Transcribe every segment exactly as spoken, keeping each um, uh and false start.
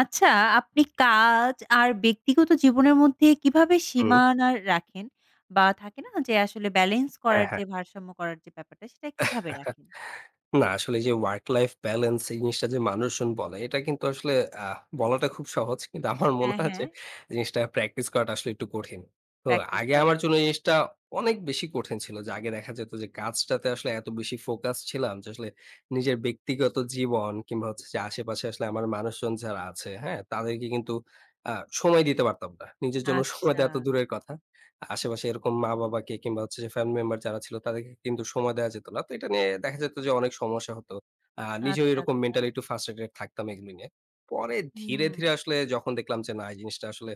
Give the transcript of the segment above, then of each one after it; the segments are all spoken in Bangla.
আচ্ছা, আপনি কাজ আর ব্যক্তিগত জীবনের মধ্যে কিভাবে হুম। সীমানা রাখেন? বা থাকে না যে আসলে ব্যালেন্স হ্যাঁ, করার যে হ্যাঁ। ভারসাম্য করার যে ব্যাপারটা সেটা কিভাবে রাখেন? না আসলে এই যে ওয়ার্ক লাইফ ব্যালেন্স এই জিনিসটা যে মানুষজন বলে এটা কিন্তু আসলে আহ বলাটা খুব সহজ। কিন্তু আমার মনে হ্যাঁ, হয় যে হ্যাঁ, জিনিসটা প্র্যাকটিস করাটা আসলে একটু কঠিন। তো প্র্যাকটিস আগে করা আমার কিন্তু। জন্য এই বাহ! জিনিসটা অনেক বেশি কঠিন ছিল যে আগে দেখা যেত যে কাজটাতে আসলে এত বেশি ফোকাস ছিলাম যে আসলে নিজের ব্যক্তিগত জীবন কিংবা হচ্ছে যে আশেপাশে আসলে আমার মানুষজন যারা আছে, হ্যাঁ? তাদেরকে কিন্তু আ সময় দিতে পারতাম না। নিজের জন্য সময় আচ্ছা, দেওয়া তো দূরের কথা। আশেপাশে এরকম মা-বাবাকে কিংবা হচ্ছে যে ফ্যামিলি মেম্বার যারা ছিল তাদেরকে কিন্তু সময় দেওয়া যেত না। তো এটা নিয়ে দেখা যেত যে অনেক সমস্যা হতো। আ নিজেও আচ্ছা, এরকম আচ্ছা। মেন্টালি একটু ফ্রাস্ট্রেটেড থাকতাম এগুলো নিয়ে। পরে ধীরে, হুম। ধীরে আসলে যখন দেখলাম যে না এই জিনিসটা আসলে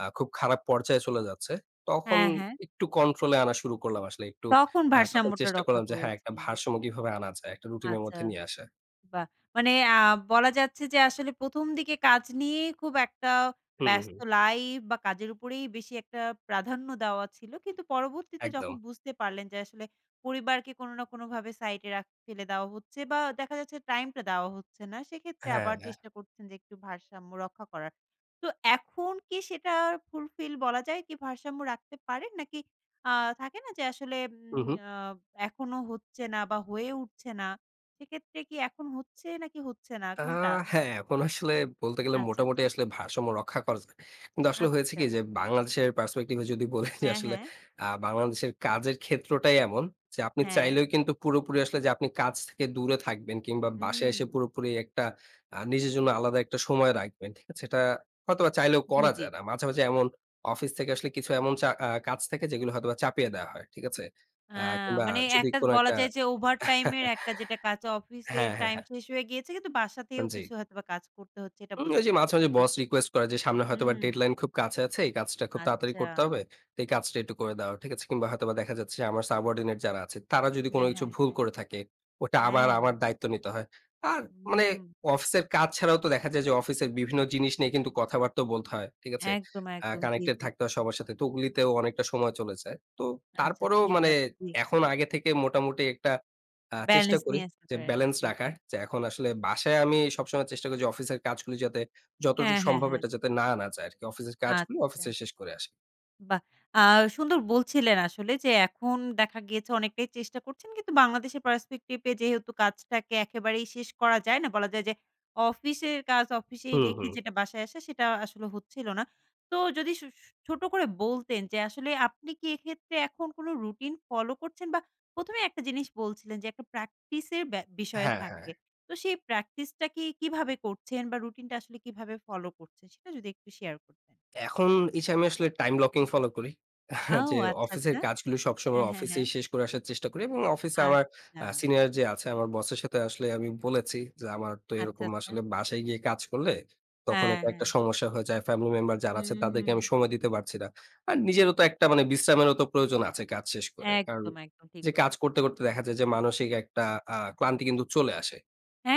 আ খুব খারাপ পর্যায়ে চলে যাচ্ছে, তখন হ্যাঁ, হ্যাঁ। একটু কন্ট্রোল এ আনা শুরু করলাম আসলে। একটু তখন আ তখন ভারসাম্যটা চেষ্টা রক্ষা করলাম যে হ্যাঁ, একটা করেছিলেন। ভারসাম্য কিভাবে আনা যায়? একটা রুটিন এর আচ্ছা। মধ্যে নিয়ে আসা। বাহ! মানে আ বলা যাচ্ছে যে আসলে ১ম দিকে কাজ নিয়ে খুব একটা হুম, হুম। ব্যস্ত লাইফ বা কাজের উপরেই বেশি একটা প্রাধান্য দেওয়া ছিল। কিন্তু পরবর্তীতে একদম। যখন বুঝতে পারলেন যে আসলে পরিবারকে কোনো না কোনোভাবে সাইডে রাখ ফেলে দেওয়া হচ্ছে বা দেখা যাচ্ছে টাইমটা দেওয়া হচ্ছে না। সেক্ষেত্রে আবার হ্যাঁ। চেষ্টা করছেন যে একটু ভারসাম্য রক্ষা করার। তো এখন কি সেটা ফুলফিল বলা যায় কি ভারসাম্য রাখতে পারেন? নাকি আ থাকে না যে আসলে হু, উম হু। আ এখনো হচ্ছে না বা হয়ে উঠছে না। সেক্ষেত্রে কি এখন হচ্ছে নাকি হচ্ছে না আ কোনটা? হ্যাঁ, এখন আসলে বলতে গেলে আচ্ছা, আচ্ছা। মোটামুটি আসলে ভারসাম্য রক্ষা করা যায়। কিন্তু আসলে হয়েছে আচ্ছা। কি যে বাংলাদেশের perspective এ যদি বলি যে হ্যাঁ, আসলে হ্যাঁ, আ বাংলাদেশের কাজের ক্ষেত্রটাই এমন যে আপনি হ্যাঁ। চাইলেও কিন্তু পুরোপুরি আসলে যে আপনি কাজ থেকে দূরে থাকবেন কিংবা বাসায় হুম। এসে পুরোপুরি একটা আ নিজের জন্য আলাদা একটা সময় রাখবেন। ঠিক আছে? এটা হয়তোবা চাইলেও জি, করা জি। যায় না। মাঝে, মাঝে এমন অফিস থেকে আসলে কিছু এমন চা আ কাজ থাকে যেগুলো হয়তোবা চাপিয়ে দেওয়া হয়। ঠিক আছে? আ আ কিংবা মানে যদি একটা কোনো বলা একটা যায় যে ওভারটাইম এর একটা যেটা কাজ অফিসের হ্যাঁ, হ্যাঁ, টাইম হ্যাঁ। শেষ হয়ে গিয়েছে কিন্তু বাসা থেকেও জি। কিছু হয়তোবা কাজ করতে হচ্ছে এটা উম ওই বোঝাতে যে মাঝে, চাচ্ছেন। মাঝে জি, বস জি। রিকোয়েস্ট করে যে সামনে হয়তোবা হুম, ডেডলাইন খুব কাছে আছে। এই কাজটা খুব তাড়াতাড়ি আচ্ছা। করতে হবে। তো এই কাজটা একটু করে দাও। ঠিক আছে? কিংবা হয়তোবা দেখা যাচ্ছে যে আমার সাবঅর্ডিনেট যারা আছে, তারা যদি কোনো হ্যাঁ, কিছু হ্যাঁ, ভুল হ্যাঁ। করে থাকে, ওটা আবার হ্যাঁ। আমার দায়িত্ব নিতে হয়। আর মানে হুম, অফিসের কাজ ছাড়াও তো দেখা যায় যে অফিসের বিভিন্ন জিনিস নিয়ে কিন্তু কথাবার্তাও বলতে হয়। ঠিক আছে? একদম, আ একদম। জি, কানেক্টেড জি। থাকতে হয় সবার সাথে। তো ওগুলিতেও অনেকটা সময় চলে যায়। তো আচ্ছা তারপরেও ঠিক মানে আছে। জি। এখন আগে থেকে মোটামুটি একটা আ চেষ্টা ব্যালেন্স করি নিয়ে আসতে যে ব্যালেন্স পেরেছি। রাখার। যে এখন আসলে বাসায় আমি সবসময় চেষ্টা করি যে অফিসের কাজগুলি যাতে হ্যাঁ, যতটুকু হ্যাঁ, সম্ভব হ্যাঁ। এটা যাতে না আনা যায় আরকি। অফিসের কাজগুলো আচ্ছা। অফিসে শেষ করে আসি। বাহ! আ সুন্দর বলছিলেন আসলে যে এখন দেখা গিয়েছে অনেকটাই চেষ্টা করছেন। কিন্তু বাংলাদেশের পার্সপেক্টিভ এ যেহেতু কাজটাকে একেবারেই শেষ করা যায় না। বলা যায় যে অফিসের কাজ অফিসেই হুম, রেখে হুম। যেটা বাসায় আসা সেটা আসলে হচ্ছিল না। তো যদি সু সু ছোট করে বলতেন যে আসলে আপনি কি এক্ষেত্রে এখন কোনো রুটিন ফলো করছেন? বা প্রথম এ একটা জিনিস বলছিলেন যে একটা প্র্যাকটিস এর ব্যা বিষয় হ্যাঁ, হ্যাঁ। থাকে। তো সেই প্র্যাকটিস টা কি কিভাবে করছেন বা রুটিনটা আসলে কিভাবে ফলো করছেন? সেটা যদি একটু শেয়ার করতেন। এখন এই যে আমি আসলে টাইম ব্লকিং ফলো করি। আও যে আচ্ছা, অফিসের আচ্ছা। কাজগুলো সবসময় হ্যাঁ, হ্যাঁ, হ্যাঁ। অফিসেই শেষ করে আসার চেষ্টা করি এবং অফিসে আমার আচ্ছা, আ সিনিয়র যে আছে আমার বসের সাথে আসলে আমি বলেছি যে, "আমার তো আচ্ছা, এরকম আচ্ছা। আসলে বাসায় গিয়ে কাজ করলে তখন হ্যাঁ, এটা হ্যাঁ। একটা সমস্যা হয়ে যায়। ফ্যামিলি মেম্বার যারা আছে হুম, তাদেরকে হুম। আমি সময় দিতে পারছি না।" আর নিজেরও তো একটা মানে বিশ্রামেরও তো প্রয়োজন আছে কাজ শেষ করে। কারণ একদম, একদম ঠিক যে কাজ বলেছেন। করতে, করতে দেখা যায় যে মানসিক একটা আ ক্লান্তি কিন্তু চলে আসে।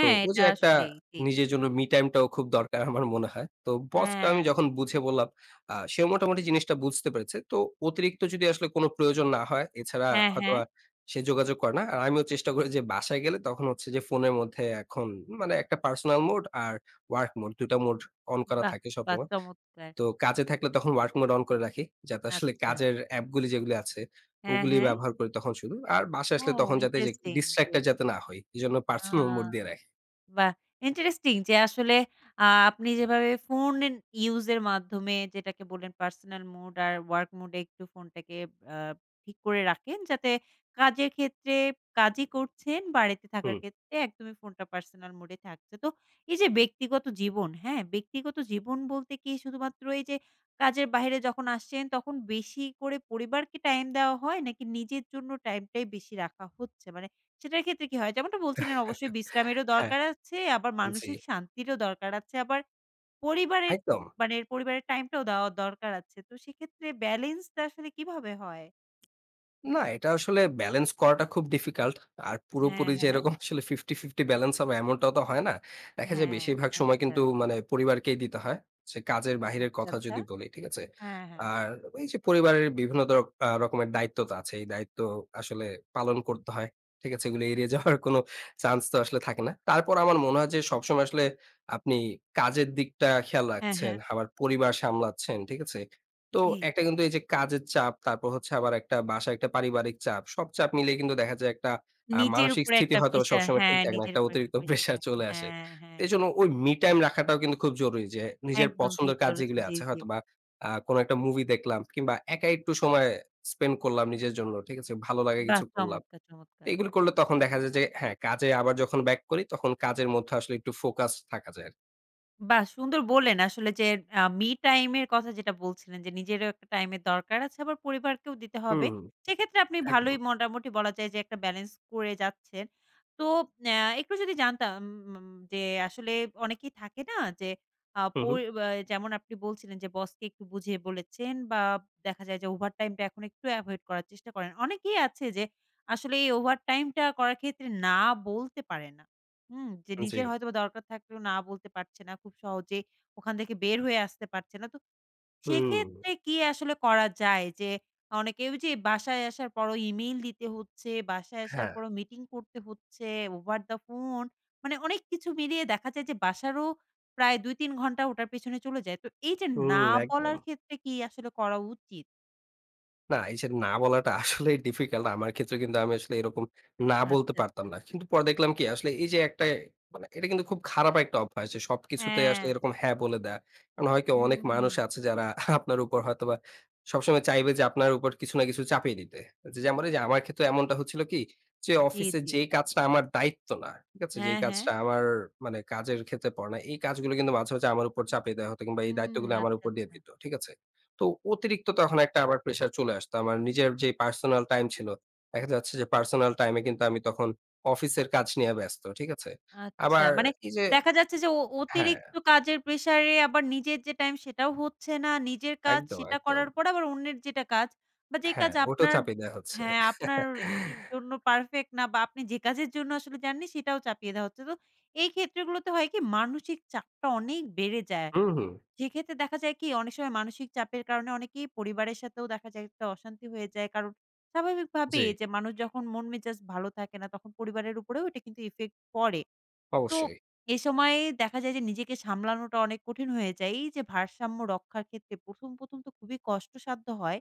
তো ওই এটা যে একটা আসলেই। জি। নিজের জন্য মি টাইম টাও খুব দরকার আমার মনে হয়। তো বসকে হ্যাঁ, আমি যখন বুঝে বললাম, আ সেও মোটামুটি জিনিসটা বুঝতে পেরেছে। তো অতিরিক্ত যদি আসলে কোনো প্রয়োজন না হয়, এছাড়া হ্যাঁ, হ্যাঁ। হয়তোবা সে যোগাযোগ করে না। আর আমিও চেষ্টা করি যে বাসায় গেলে তখন হচ্ছে যে ফোনের মধ্যে এখন মানে একটা পার্সোনাল মোড আর ওয়ার্ক মোড দুই টা মোড অন করা বাহ! থাকে বাহ! সবসময়। চমৎকার। তো কাজে থাকলে তখন ওয়ার্ক মোড অন করে রাখি। যাতে আসলে আচ্ছা। কাজের অ্যাপগুলি যেগুলি আছে, হ্যাঁ, ওগুলি হ্যাঁ। ব্যবহার করি তখন শুধু। আর বাসায় ও আসলে তখন যাতে যে ইন্টারেস্টিং। জি। ডিস্ট্রাক্টেড যাতে না হই। এজন্য আ পার্সোনাল মোড দিয়ে রাখি। বাহ! ইন্টারেস্টিং যে আসলে আ আপনি যেভাবে ফোন এন ইউজ এর মাধ্যমে যেটাকে বললেন পার্সোনাল মোড আর ওয়ার্ক মোড এ একটু ফোনটাকে আ ঠিক করে রাখেন যাতে কাজের ক্ষেত্রে কাজই করছেন, বাড়িতে থাকার হুম। ক্ষেত্রে একদমই ফোনটা পার্সোনাল মোড এ থাকছে। তো এই যে ব্যক্তিগত জীবন, হ্যাঁ? ব্যক্তিগত জীবন বলতে কি শুধুমাত্র এই যে কাজের বাইরে যখন আসছেন তখন বেশি করে পরিবারকে টাইম দেওয়া হয় নাকি নিজের জন্য টাইমটাই বেশি রাখা হচ্ছে? মানে সেটার ক্ষেত্রে কি হয়? যেমনটা বলছিলেন অবশ্যই বিশ্রামেরও হ্যাঁ, দরকার আছে, আবার জি, মানসিক শান্তিরও দরকার আছে। আবার পরিবারের একদম। মানে পরিবারের টাইমটাও দেওয়া দরকার আছে। তো সেক্ষেত্রে ব্যালেন্সটা আসলে কিভাবে হয়? না, এটা আসলে ব্যালেন্স করাটা খুব ডিফিকাল্ট। আর হ্যাঁ, পুরোপুরি যে হ্যাঁ। এরকম আসলে পঞ্চাশ পঞ্চাশ ব্যালেন্স হবে এমনটাও তো হয় না। দেখা যায় হ্যাঁ, বেশিরভাগ সময় আচ্ছা, কিন্তু মানে পরিবারকেই দিতে হয়। সে কাজের বাহিরের আচ্ছা, কথা আচ্ছা। যদি বলি, ঠিক আছে? হ্যাঁ, হ্যাঁ। আর এই যে পরিবারের বিভিন্ন ধর আ রকমের দায়িত্ব তো আছে। এই দায়িত্ব আসলে পালন করতে হয়। ঠিক আছে? এগুলো এড়িয়ে যাওয়ার কোনো চান্স তো আসলে থাকে না। তারপর আমার মনে হয় যে সবসময় আসলে আপনি কাজের দিকটা খেয়াল হ্যাঁ, রাখছেন, হ্যাঁ। আবার পরিবার সামলাচ্ছেন, ঠিক আছে? তো জি। একটা কিন্তু এই যে কাজের চাপ, তারপর হচ্ছে আবার একটা বাসায় একটা পারিবারিক চাপ। সব চাপ মিলিয়ে কিন্তু দেখা যায় একটা আ নিজের মানসিক উপরে স্থিতি একটা হয়তো প্রেশার সবসময় ঠিক হ্যাঁ, থাকে না। নিজের একটা উপরে একটা অতিরিক্ত প্রেশার প্রেশার থাকে। চলে আসে। হ্যাঁ, তো হ্যাঁ। এজন্য ওই মি টাইম রাখাটাও কিন্তু খুব জরুরি যে নিজের একদম ঠিক পছন্দের কাজ বলেছেন। যেগুলো জি, আছে জি। হয়তোবা আ কোনো একটা মুভি দেখলাম কিংবা একা একটু সময় স্পেন্ড করলাম নিজের জন্য। ঠিক আছে? ভালো লাগা বাহ! কিছু করলাম। চমৎকার, তো চমৎকার। এগুলো করলে তখন দেখা যায় যে হ্যাঁ, কাজে আবার যখন ব্যাক করি তখন কাজের মধ্যে আসলে একটু ফোকাস থাকা যায় আরকি। বাহ! সুন্দর বললেন আসলে যে আ মি টাইম এর কথা যেটা বলছিলেন যে নিজেরও একটা টাইমের দরকার আছে আবার পরিবারকেও দিতে হবে। হুম, সেক্ষেত্রে আপনি একদম। ভালোই মোটামুটি বলা যায় যে একটা ব্যালেন্স করে যাচ্ছেন। তো আ একটু যদি জানতাম উম যে আসলে অনেকেই থাকে না যে আ হু, হু। পরি আ যেমন আপনি বলছিলেন যে বসকে একটু বুঝিয়ে বলেছেন বা দেখা যায় যে ওভারটাইম টা এখন একটু এভয়েড করার চেষ্টা করেন। অনেকেই আছে যে আসলে এই ওভারটাইম টা করার ক্ষেত্রে না বলতে পারে না। হুম, যে জি। নিজের হয়তোবা দরকার থাকলেও না বলতে পারছে না। খুব সহজে ওখান থেকে বের হয়ে আসতে পারছে না। তো হুম। সেক্ষেত্রে কি আসলে করা যায়? যে অনেকে ওই যে বাসায় আসার পরও ইমেইল দিতে হচ্ছে, বাসায় আসার হ্যাঁ। পরও মিটিং করতে হচ্ছে, ওভার দ্য ফোন। মানে অনেক কিছু মিলিয়ে দেখা যায় যে বাসারও প্রায় দুই তিন ঘন্টা ওটার পেছনে চলে যায়। তো এই যে হুম, না একদম। বলার ক্ষেত্রে কি আসলে করা উচিত? না, এই যে না বলাটা আসলেই ডিফিকাল্ট। আমার ক্ষেত্রে কিন্তু আমি আসলে এরকম না বলতে আচ্ছা, পারতাম আচ্ছা। না। কিন্তু পরে দেখলাম কি আসলে এই যে একটা মানে এটা কিন্তু খুব খারাপ একটা অভ্যাস যে সবকিছুতে হ্যাঁ। আসলে এরকম হ্যাঁ বলে দেয়া। কারণ হয় কি হুম, অনেক হুম। মানুষ আছে যারা আপনার উপর হয়তোবা সবসময় চাইবে যে আপনার উপর কিছু না কিছু চাপিয়ে দিতে। যে যেমন এই যে আমার ক্ষেত্রে এমনটা হচ্ছিল কি যে জি, অফিসে জি। যেই কাজটা আমার দায়িত্ব না, ঠিক আছে? যেই হ্যাঁ, হ্যাঁ। কাজটা আমার মানে কাজের ক্ষেত্রে পড়ে না, এই কাজগুলো কিন্তু মাঝে, মাঝে আমার উপর চাপিয়ে দেয়া হতো কিংবা এই হুম, দায়িত্বগুলো আমার আচ্ছা, উপর দিয়ে আচ্ছা। দিত। ঠিক আছে? তো অতিরিক্ত তখন একটা আবার প্রেশার চলে আসতো। আমার নিজের যে পার্সোনাল টাইম ছিল, দেখা যাচ্ছে যে পার্সোনাল টাইম এ কিন্তু আমি তখন অফিসের কাজ নিয়ে ব্যস্ত। ঠিক আছে? আচ্ছা। আবার মানে এই যে দেখা যাচ্ছে যে অ হ্যাঁ, অতিরিক্ত কাজের প্রেশারে আবার নিজের যে টাইম সেটাও হচ্ছে না। নিজের কাজ একদম, সেটা একদম। করার পর আবার অন্যের যেটা কাজ বা যে কাজ হ্যাঁ, ওটাও আপনার চাপিয়ে দেয়া হচ্ছে। হ্যাঁ, আপনার জ জন্য পারফেক্ট না বা আপনি যে কাজের জন্য আসলে যাননি সেটাও চাপিয়ে দেওয়া হচ্ছে। তো এই ক্ষেত্রগুলোতে হয় কি মানসিক চাপটা অনেক বেড়ে যায়। হুম, হুম। সেক্ষেত্রে দেখা যায় কি অনেক সময় মানসিক চাপের কারণে অনেকেই পরিবারের সাথেও দেখা যায় একটা অশান্তি হয়ে যায়। কারণ স্বাভাবিকভাবে জি, যে মানুষ যখন মন মেজাজ ভালো থাকে না তখন পরিবারের উপরেও এটা কিন্তু ইফেক্ট পড়ে। তো অবশ্যই। এই সময়ে দেখা যায় যে নিজেকে সামলানোটা অনেক কঠিন হয়ে যায়। এই যে ভারসাম্য রক্ষার ক্ষেত্রে প্রথম, ১ম তো খুবই কষ্টসাধ্য হয়।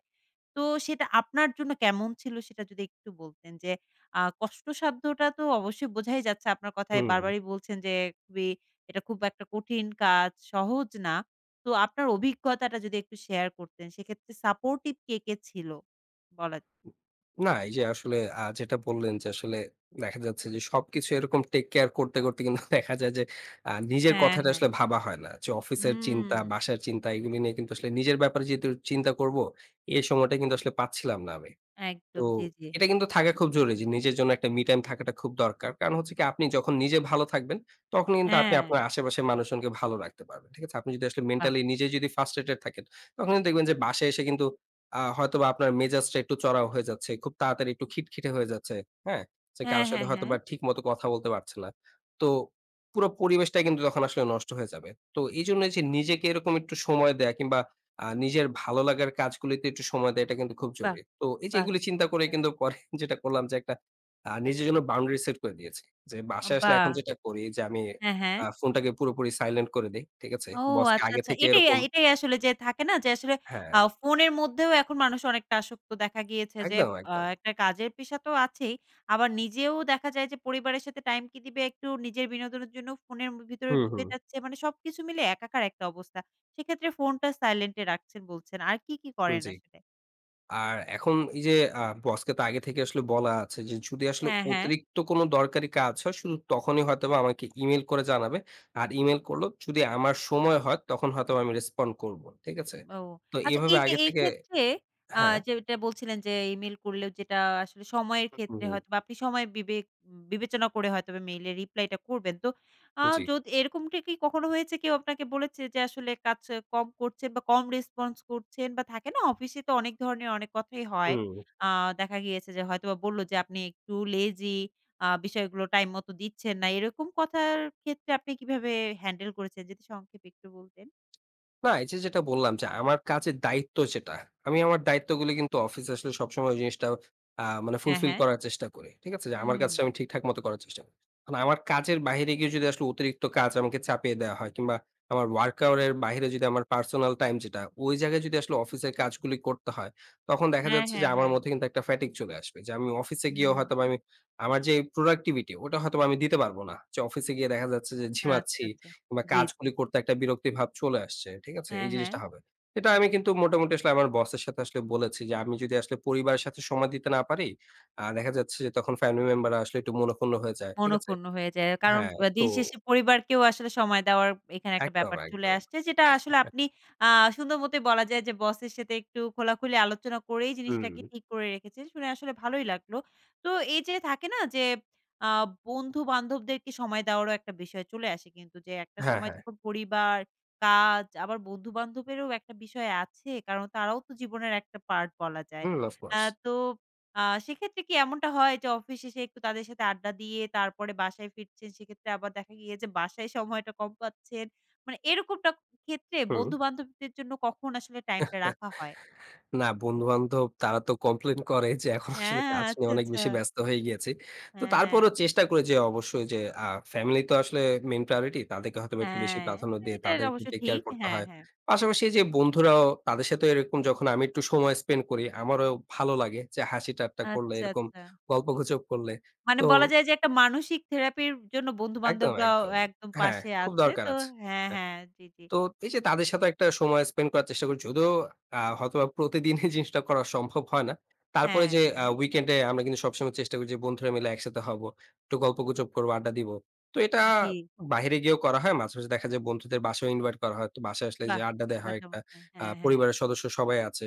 তো সেটা আপনার জন্য কেমন ছিল সেটা যদি একটু বলতেন যে আ কষ্টসাধ্যটা তো অবশ্যই বোঝাই যাচ্ছে আপনার কথায় হুম। বারবারই বলছেন যে খুবই এটা খুব একটা কঠিন কাজ, সহজ না। তো আপনার অভিজ্ঞতাটা যদি একটু শেয়ার করতেন সেক্ষেত্রে সাপোর্টিভ কে, কে ছিল? বলা যায়। না, এই যে আসলে আ যেটা বললেন যে আসলে দেখা যাচ্ছে যে সবকিছু এরকম টেক কেয়ার করতে, করতে কিন্তু দেখা যায় যে আ নিজের হ্যাঁ, কথাটা হ্যাঁ। আসলে ভাবা হয় না। যে অফিসের হুম, চিন্তা, বাসার চিন্তা এগুলো নিয়ে কিন্তু আসলে নিজের ব্যাপারে যেহেতু চিন্তা করব, এই সময়টা কিন্তু আসলে পাচ্ছিলাম না আমি। তো একদম। জি, জি। এটা কিন্তু থাকা খুব জরুরি যে নিজের জন্য একটা মি টাইম থাকাটা খুব দরকার। কারণ হচ্ছে কি আপনি যখন নিজে ভালো থাকবেন, তখন কিন্তু আপনি হ্যাঁ, আপনার আশেপাশের মানুষজনকে ভালো রাখতে পারবেন। ঠিক আছে? আপনি যদি আসলে বাহ! মেন্টালি নিজে যদি ফার্স্ট্রেটেড থাকেন, তখন কিন্তু দেখবেন যে বাসায় এসে কিন্তু আ হয়তোবা আপনার মেজাজটা একটু চড়াও হয়ে যাচ্ছে। খুব তাড়াতাড়ি একটু খিটখিটে হয়ে যাচ্ছে। হ্যাঁ? যে হ্যাঁ, কারো হ্যাঁ, সাথে হ্যাঁ। হয়তোবা ঠিক মতো কথা বলতে পারছে না। তো পুরো পরিবেশটাই কিন্তু তখন আসলে নষ্ট হয়ে যাবে। তো এইজন্য যে নিজেকে এরকম একটু সময় দেয়া কিংবা আ নিজের ভালো লাগার কাজগুলিতে একটু সময় দেয়া এটা কিন্তু খুব বাহ! জরুরি। তো এই যে বাহ! এগুলি চিন্তা করে চমৎকার। কিন্তু পরে যেটা করলাম যে একটা আ নিজের জন্য বাউন্ডারি সেট করে দিয়েছি। যে আ বাসায় আসলে বাহ! এখন যেটা করি যে আমি হ্যাঁ, হ্যাঁ। আ ফোনটাকে পুরোপুরি সাইলেন্ট করে দেই। ঠিক আছে? ও বসকে আচ্ছা, আগে আচ্ছা। থেকে এটাই এরকম এটাই আসলে যে থাকে না যে আসলে হ্যাঁ, আ ফোনের মধ্যেও এখন মানুষ অনেকটা আসক্ত দেখা গিয়েছে যে একদম, আ একদম। একটা কাজের পেশা তো আছেই। আবার নিজেও দেখা যায় যে পরিবারের সাথে টাইম কি দিবে একটু নিজের বিনোদনের জন্য ফোনের ভিতরে হুম, ঢুকে হুম। যাচ্ছে। মানে সবকিছু মিলে একাকার একটা অবস্থা। সেক্ষেত্রে ফোনটা সাইলেন্ট এ রাখছেন বলছেন। আর কি, কি হুম, করেন জি। আসলে? আর এখন এই যে আ বসকে তো আগে থেকে আসলে বলা আছে যে যদি আসলে হ্যাঁ, হ্যাঁ। অতিরিক্ত কোনো দরকারি কাজ হয় শুধু তখনই হয়তোবা আমাকে ইমেইল করে জানাবে। আর ইমেইল করলেও যদি আমার সময় হয় তখন হয়তোবা আমি রেসপন্ড করব। ঠিক আছে? ও তো আচ্ছা এভাবে এই যে আগে এই থেকে ক্ষেত্রে আ হ্যাঁ। যেটা বলছিলেন যে ইমেইল করলেও যেটা আসলে সময়ের হুম, ক্ষেত্রে হুম, হয়তোবা আপনি সময় বিবেক বিবেচনা করে হয়তোবা মেইলের রিপ্লাইটা করবেন। তো আ জি। যদি এরকমটা কি কখনো হয়েছে কেউ আপনাকে বলেছে যে আসলে কাজ কম করছেন বা কম রেসপন্স করছেন বা থাকে না অফিসে তো অনেক ধরনের অনেক কথাই হয়। হুম। আ দেখা গিয়েছে যে হয়তোবা বলল যে আপনি একটু লেজি আ বিষয়গুলো টাইম মতো দিচ্ছেন না। এরকম কথার ক্ষেত্রে আপনি কিভাবে হ্যান্ডেল করেছেন যদি সংক্ষেপে একটু বলতেন? না, এই যে যেটা বললাম যে আমার কাজের দায়িত্ব যেটা, আমি আমার দায়িত্বগুলো কিন্তু অফিসে আসলে সবসময় ওই জিনিসটা আ মানে হ্যাঁ, ফুলফিল হ্যাঁ। করার চেষ্টা করি। ঠিক আছে? যে আমার হুম। কাজটা আমি ঠিকঠাক মতো করার চেষ্টা করি। এখন আমার কাজের বাইরে গিয়ে যদি আসলে অতিরিক্ত কাজ আমাকে চাপিয়ে দেওয়া হয় কিংবা আমার ওয়ার্ক আওয়ার এর বাইরে যদি আমার পার্সোনাল টাইম যেটা, ওই জায়গায় যদি আসলে অফিসের কাজগুলি করতে হয়, তখন দেখা হ্যাঁ, যাচ্ছে যে হ্যাঁ, আমার হ্যাঁ। মধ্যে কিন্তু একটা ফ্যাটিগ চলে আসবে। যে আমি অফিসে গিয়েও হুম। হয়তোবা আমি আমার যে প্রোডাক্টিভিটি ওটা হয়তোবা আমি দিতে পারব না। যে অফিসে গিয়ে দেখা যাচ্ছে যে আচ্ছা, ঝিমাচ্ছি আচ্ছা। বা জি, জি। কাজগুলি করতে একটা বিরক্তি ভাব চলে আসছে। ঠিক আছে? হ্যাঁ, এই হ্যাঁ। জিনিসটা হবে। এটা আমি কিন্তু মোটামুটি আসলে আমার বসের সাথে আসলে বলেছি যে, আমি যদি আসলে পরিবারের সাথে সময় দিতে না পারি, আ দেখা যাচ্ছে যে তখন ফ্যামিলি মেম্বাররা আসলে একটু মনোক্ষুণ্ণ হয়ে যায়। ঠিক আছে? মনঃক্ষুণ্ণ হয়ে যায়। কারণ হ্যাঁ, আ তো দিন শেষে পরিবারকেও আসলে সময় দেওয়ার এখানে একটা একদম, ব্যাপার চলে একদম। আসছে। যেটা আসলে আপনি আ সুন্দর মতোই বলা যায় যে বসের সাথে একটু খোলাখুলি আলোচনা করেই হুম। জিনিসটাকে ঠিক করে রেখেছেন। শুনে আসলে ভালোই লাগলো। তো এই যে থাকে না যে আ বন্ধু-বান্ধবদেরকে সময় দেওয়ারও একটা বিষয় চলে আসে কিন্তু যে একটা হ্যাঁ, সময় হ্যাঁ। যখন পরিবার, কাজ আবার বন্ধু-বান্ধবেরও একটা বিষয় আছে। কারণ তারাও তো জীবনের একটা পার্ট বলা যায়। হুম, অফ আ কোর্স। তো আ সেক্ষেত্রে কি এমনটা হয় যে অফিস শেষে একটু তাদের সাথে আড্ডা দিয়ে তারপরে বাসায় ফিরছেন, সেক্ষেত্রে আবার দেখা গিয়েছে বাসায় সময়টা কম পাচ্ছেন। মানে এরকমটা ক্ষেত্রে হুম। বন্ধু-বান্ধবদের জন্য কখন আসলে টাইমটা রাখা হয়? না, জি। বন্ধু-বান্ধব তারা তো কমপ্লেইন করে যে এখন আসলে হ্যাঁ, কাজ নিয়ে আচ্ছা, অনেক আচ্ছা। বেশি ব্যস্ত হয়ে গিয়েছি। তো হ্যাঁ, তারপরও চেষ্টা করি যে অবশ্যই যে আ ফ্যামিলি তো আসলে মেইন প্রায়োরিটি তাদেরকে হয়তোবা একটু বেশি হ্যাঁ। প্রাধান্য দিয়ে এটা তাদেরকে অবশ্য টেক কেয়ার ঠিক। করতে হ্যাঁ, হয়। হ্যাঁ। পাশাপাশি যে বন্ধুরাও তাদের সাথে এরকম যখন আমি একটু সময় স্পেন্ড করি আমারও ভালো লাগে যে হাসি ঠাট্টা করলে আচ্ছা, এরকম আচ্ছা। গল্পগুজব করলে। মানে তো বলা যায় যে একটা মানসিক থেরাপির জন্য একদম, বন্ধু-বান্ধবরাও একদম। একদম হ্যাঁ, পাশে খুব আছে। দরকার তো আছে। হ্যাঁ, হ্যাঁ। হ্যাঁ। জি, জি। তো এই যে তাদের সাথে একটা সময় স্পেন্ড করার চেষ্টা করি। যদিও আ হয়তোবা প্রতিদিন এই জিনিসটা করা সম্ভব হয় না। তারপরে হ্যাঁ, যে আ হ্যাঁ। উইকেন্ড এ আমরা কিন্তু সবসময় চেষ্টা করি যে বন্ধুরা মিলে একসাথে হবো। একটু গল্পগুজব করব, আড্ডা দিব। তো এটা জি। বাহিরে গিয়েও করা হয়। মাঝে, মাঝে দেখা যায় বন্ধুদের বাসায়ও ইনভাইট করা হয়। তো বাসায় আসলে যে বাহ! আড্ডা দেয়া বাহ হয় একটা চমৎকার! আ হ্যাঁ, হ্যাঁ। পরিবারের সদস্য সবাই আছে।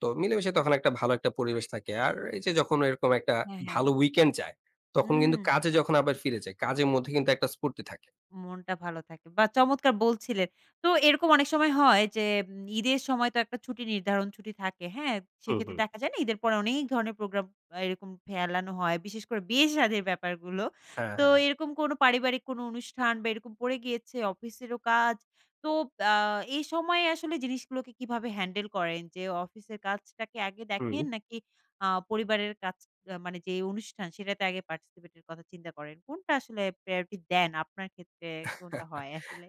তো মিলেমিশে তখন একটা ভালো একটা পরিবেশ থাকে। আর এই যে যখন এরকম একটা হ্যাঁ, হ্যাঁ। ভালো উইকেন্ড যায়, তখন হুম, কিন্তু কাজে যখন আবার ফিরে যাই, কাজের মধ্যে কিন্তু একটা স্ফূর্তি থাকে। মনটা ভালো থাকে। বাহ! চমৎকার বলছিলেন। তো এরকম অনেক সময় হয় যে উম ঈদের সময় তো একটা ছুটি নির্ধারণ ছুটি থাকে, হ্যাঁ? হুম, সেক্ষেত্রে হুম। দেখা যায় না ঈদের পরে অনেক ধরনের প্রোগ্রাম আ এরকম ফেলানো হয়। বিশেষ করে বিয়ে-শাদির ব্যাপারগুলো। হ্যাঁ, তো হ্যাঁ। এরকম কোনো পারিবারিক কোনো অনুষ্ঠান বা এরকম পড়ে গিয়েছে, অফিসেরও কাজ। তো আ এই সময়ে আসলে জিনিসগুলোকে কিভাবে হ্যান্ডেল করেন? যে অফিসের কাজটাকে আগে হুম। দেখেন নাকি আ পরিবারের কাছ আ মানে যে অনুষ্ঠান সেটাতে আগে পার্টিসিপেট এর কথা চিন্তা করেন। কোনটা আসলে প্রায়োরিটি দেন আপনার ক্ষেত্রে কোনটা হয় আসলে?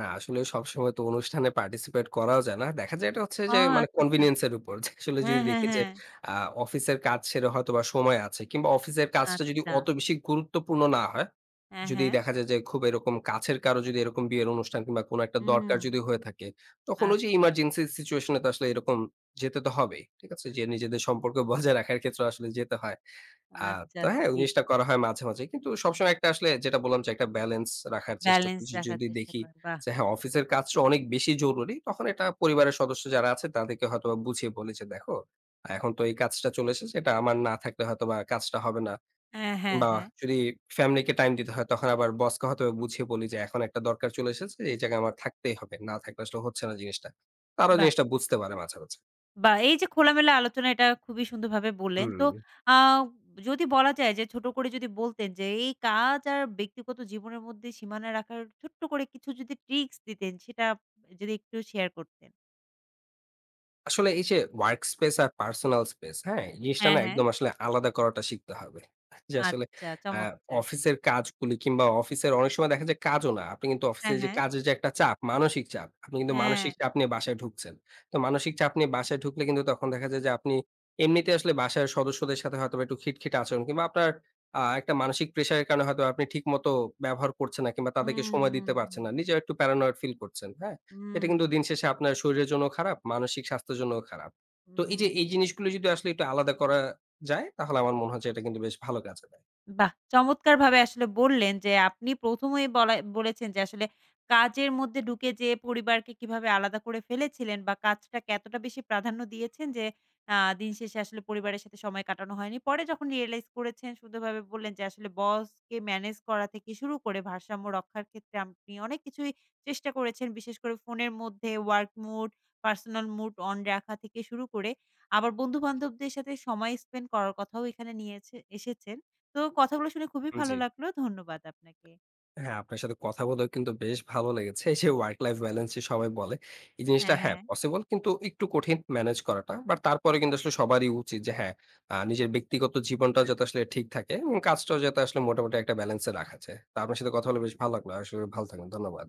না আসলে সবসময় তো অনুষ্ঠানে পার্টিসিপেট করাও যায় না। দেখা যায় এটা হচ্ছে ও যে মানে আচ্ছা, আচ্ছা। কনভেনিয়েন্স এর উপর। যে আসলে হ্যাঁ, যদি হ্যাঁ, দেখি যে হ্যাঁ। আ অফিসের কাজ সেরে হয়তোবা সময় আছে কিংবা অফিসের কাজটা যদি আচ্ছা। অত বেশি গুরুত্বপূর্ণ না হয়, হ্যাঁ, যদি হ্যাঁ। দেখা যায় যে খুব এরকম কাছের কারো যদি এরকম বিয়ের অনুষ্ঠান কিংবা কোনো একটা হুম। দরকার যদি হয়ে থাকে, তখন ওই যে আচ্ছা, ইমার্জেন্সি সিচুয়েশন এ তো আসলে এরকম যেতে তো হবেই। ঠিক আছে? যে নিজেদের সম্পর্ক বজায় রাখার ক্ষেত্রে আসলে যেতে হয়। আ আচ্ছা, তো আচ্ছা। হ্যাঁ, ওই জি। জিনিসটা করা হয় মাঝে, মাঝে। কিন্তু সবসময় একটা আসলে যেটা বললাম যে একটা ব্যালেন্স রাখার চেষ্টা ব্যালেন্স করি। যে রাখার যদি চেষ্টা দেখি করেন। বাহ! যে হ্যাঁ, অফিসের কাজটা অনেক বেশি জরুরি। তখন এটা পরিবারের সদস্য যারা আছে তাদেরকে হয়তোবা বুঝিয়ে বলি যে, "দেখো, এখন তো এই কাজটা চলে এসেছে। এটা আমার না থাকলে হয়তোবা কাজটা হবে না।" হ্যাঁ, হ্যাঁ, কিংবা হ্যাঁ। যদি ফ্যামিলিকে টাইম দিতে হয় তখন আবার বসকে হয়তোবা বুঝিয়ে বলি যে, "এখন একটা দরকার চলে এসেছে। এই জায়গায় আমার থাকতেই হবে। না থাকলে আসলে হচ্ছে না জিনিসটা।" তারাও বাহ! জিনিসটা বুঝতে পারে মাঝে, মাঝে। বাহ! এই যে খোলামেলা আলোচনা এটা খুবই সুন্দরভাবে বললেন। তো হুম। আ যদি বলা যায় যে ছোট করে যদি বলতেন যে এই কাজ আর ব্যক্তিগত জীবনের মধ্যে সীমানা রাখার ছোট্ট করে কিছু যদি ট্রিক্স দিতেন সেটা যদি একটু শেয়ার করতেন? আসলে এই যে ওয়ার্ক স্পেস আর পার্সোনাল স্পেস, হ্যাঁ? এই জিনিসটা হ্যাঁ, না হ্যাঁ। একদম আসলে আলাদা করাটা শিখতে হবে। যে আসলে আচ্ছা আ চমৎকার। অফিসের কাজগুলি কিংবা অফিসের অনেক সময় দেখা যায় কাজও না। আপনি কিন্তু অফিসে হ্যাঁ, যে হ্যাঁ। কাজের যে একটা চাপ, মানসিক চাপ, আপনি কিন্তু হ্যাঁ। মানসিক চাপ নিয়ে বাসায় ঢুকছেন। তো মানসিক চাপ নিয়ে বাসায় ঢুকলে কিন্তু তখন দেখা যায় যে আপনি এমনিতে আসলে বাসার সদস্যদের সাথে হয়তোবা একটু খিটখিটে আচরণ কিংবা আপনার আ একটা মানসিক প্রেশার এর কারণে হয়তো আপনি ঠিকমতো ব্যবহার করছেন না কিংবা তাদেরকে হুম, সময় হুম, দিতে পারছেন হুম। না। নিজেও একটু প্যারানয়েড ফিল করছেন, হ্যাঁ? এটা হুম, কিন্তু দিন শেষে আপনার শরীরের জন্যও খারাপ, মানসিক স্বাস্থ্যের জন্যও খারাপ। তো এই হুম। যে এই জিনিসগুলো যদি আসলে একটু আলাদা করা যায়, তাহলে আমার মনে হয় যে এটা কিন্তু বেশ ভালো কাজে দেয়। বাহ! চমৎকারভাবে আসলে বললেন যে, আপনি প্রথম এই বলা বলেছেন যে, আসলে কাজের মধ্যে ঢুকে যেয়ে পরিবারকে কিভাবে আলাদা করে ফেলেছিলেন বা কাজটাকে এতটা বেশি প্রাধান্য দিয়েছেন যে, আ দিন শেষে আসলে পরিবারের সাথে সময় কাটানো হয়নি। পরে যখন রিয়ালাইজ করেছেন সুন্দরভাবে বললেন যে, আসলে বসকে ম্যানেজ করা থেকে শুরু করে ভারসাম্য রক্ষার ক্ষেত্রে আপনি অনেক কিছুই চেষ্টা করেছেন। বিশেষ করে ফোনের মধ্যে work mood, personal mood on রাখা থেকে শুরু করে আবার বন্ধু-বান্ধবদের সাথে সময় স্পেন্ড করার কথাও এখানে নিয়েছে এসেছে। তো কথাগুলো শুনে খুবই ভালো জি। লাগলো। ধন্যবাদ আপনাকে। হ্যাঁ, আপনার সাথে কথা বলেও কিন্তু বেশ ভালো লেগেছে। এই যে ওয়ার্ক লাইফ ব্যালেন্স যে সবাই বলে, এই জিনিসটা হ্যাঁ, হ্যাঁ, হ্যাঁ। পসিবল কিন্তু একটু কঠিন ম্যানেজ করাটা। বাট তারপরে কিন্তু আসলে সবারই উচিত যে হ্যাঁ, আ নিজের ব্যক্তিগত জীবনটাও যাতে আসলে ঠিক থাকে এবং কাজটাও যাতে আসলে মোটামুটি একটা ব্যালেন্স এ রাখা যায়। তো আপনার সাথে কথা বলে বেশ ভালো লাগলো। আসলে ভালো থাকবেন। ধন্যবাদ।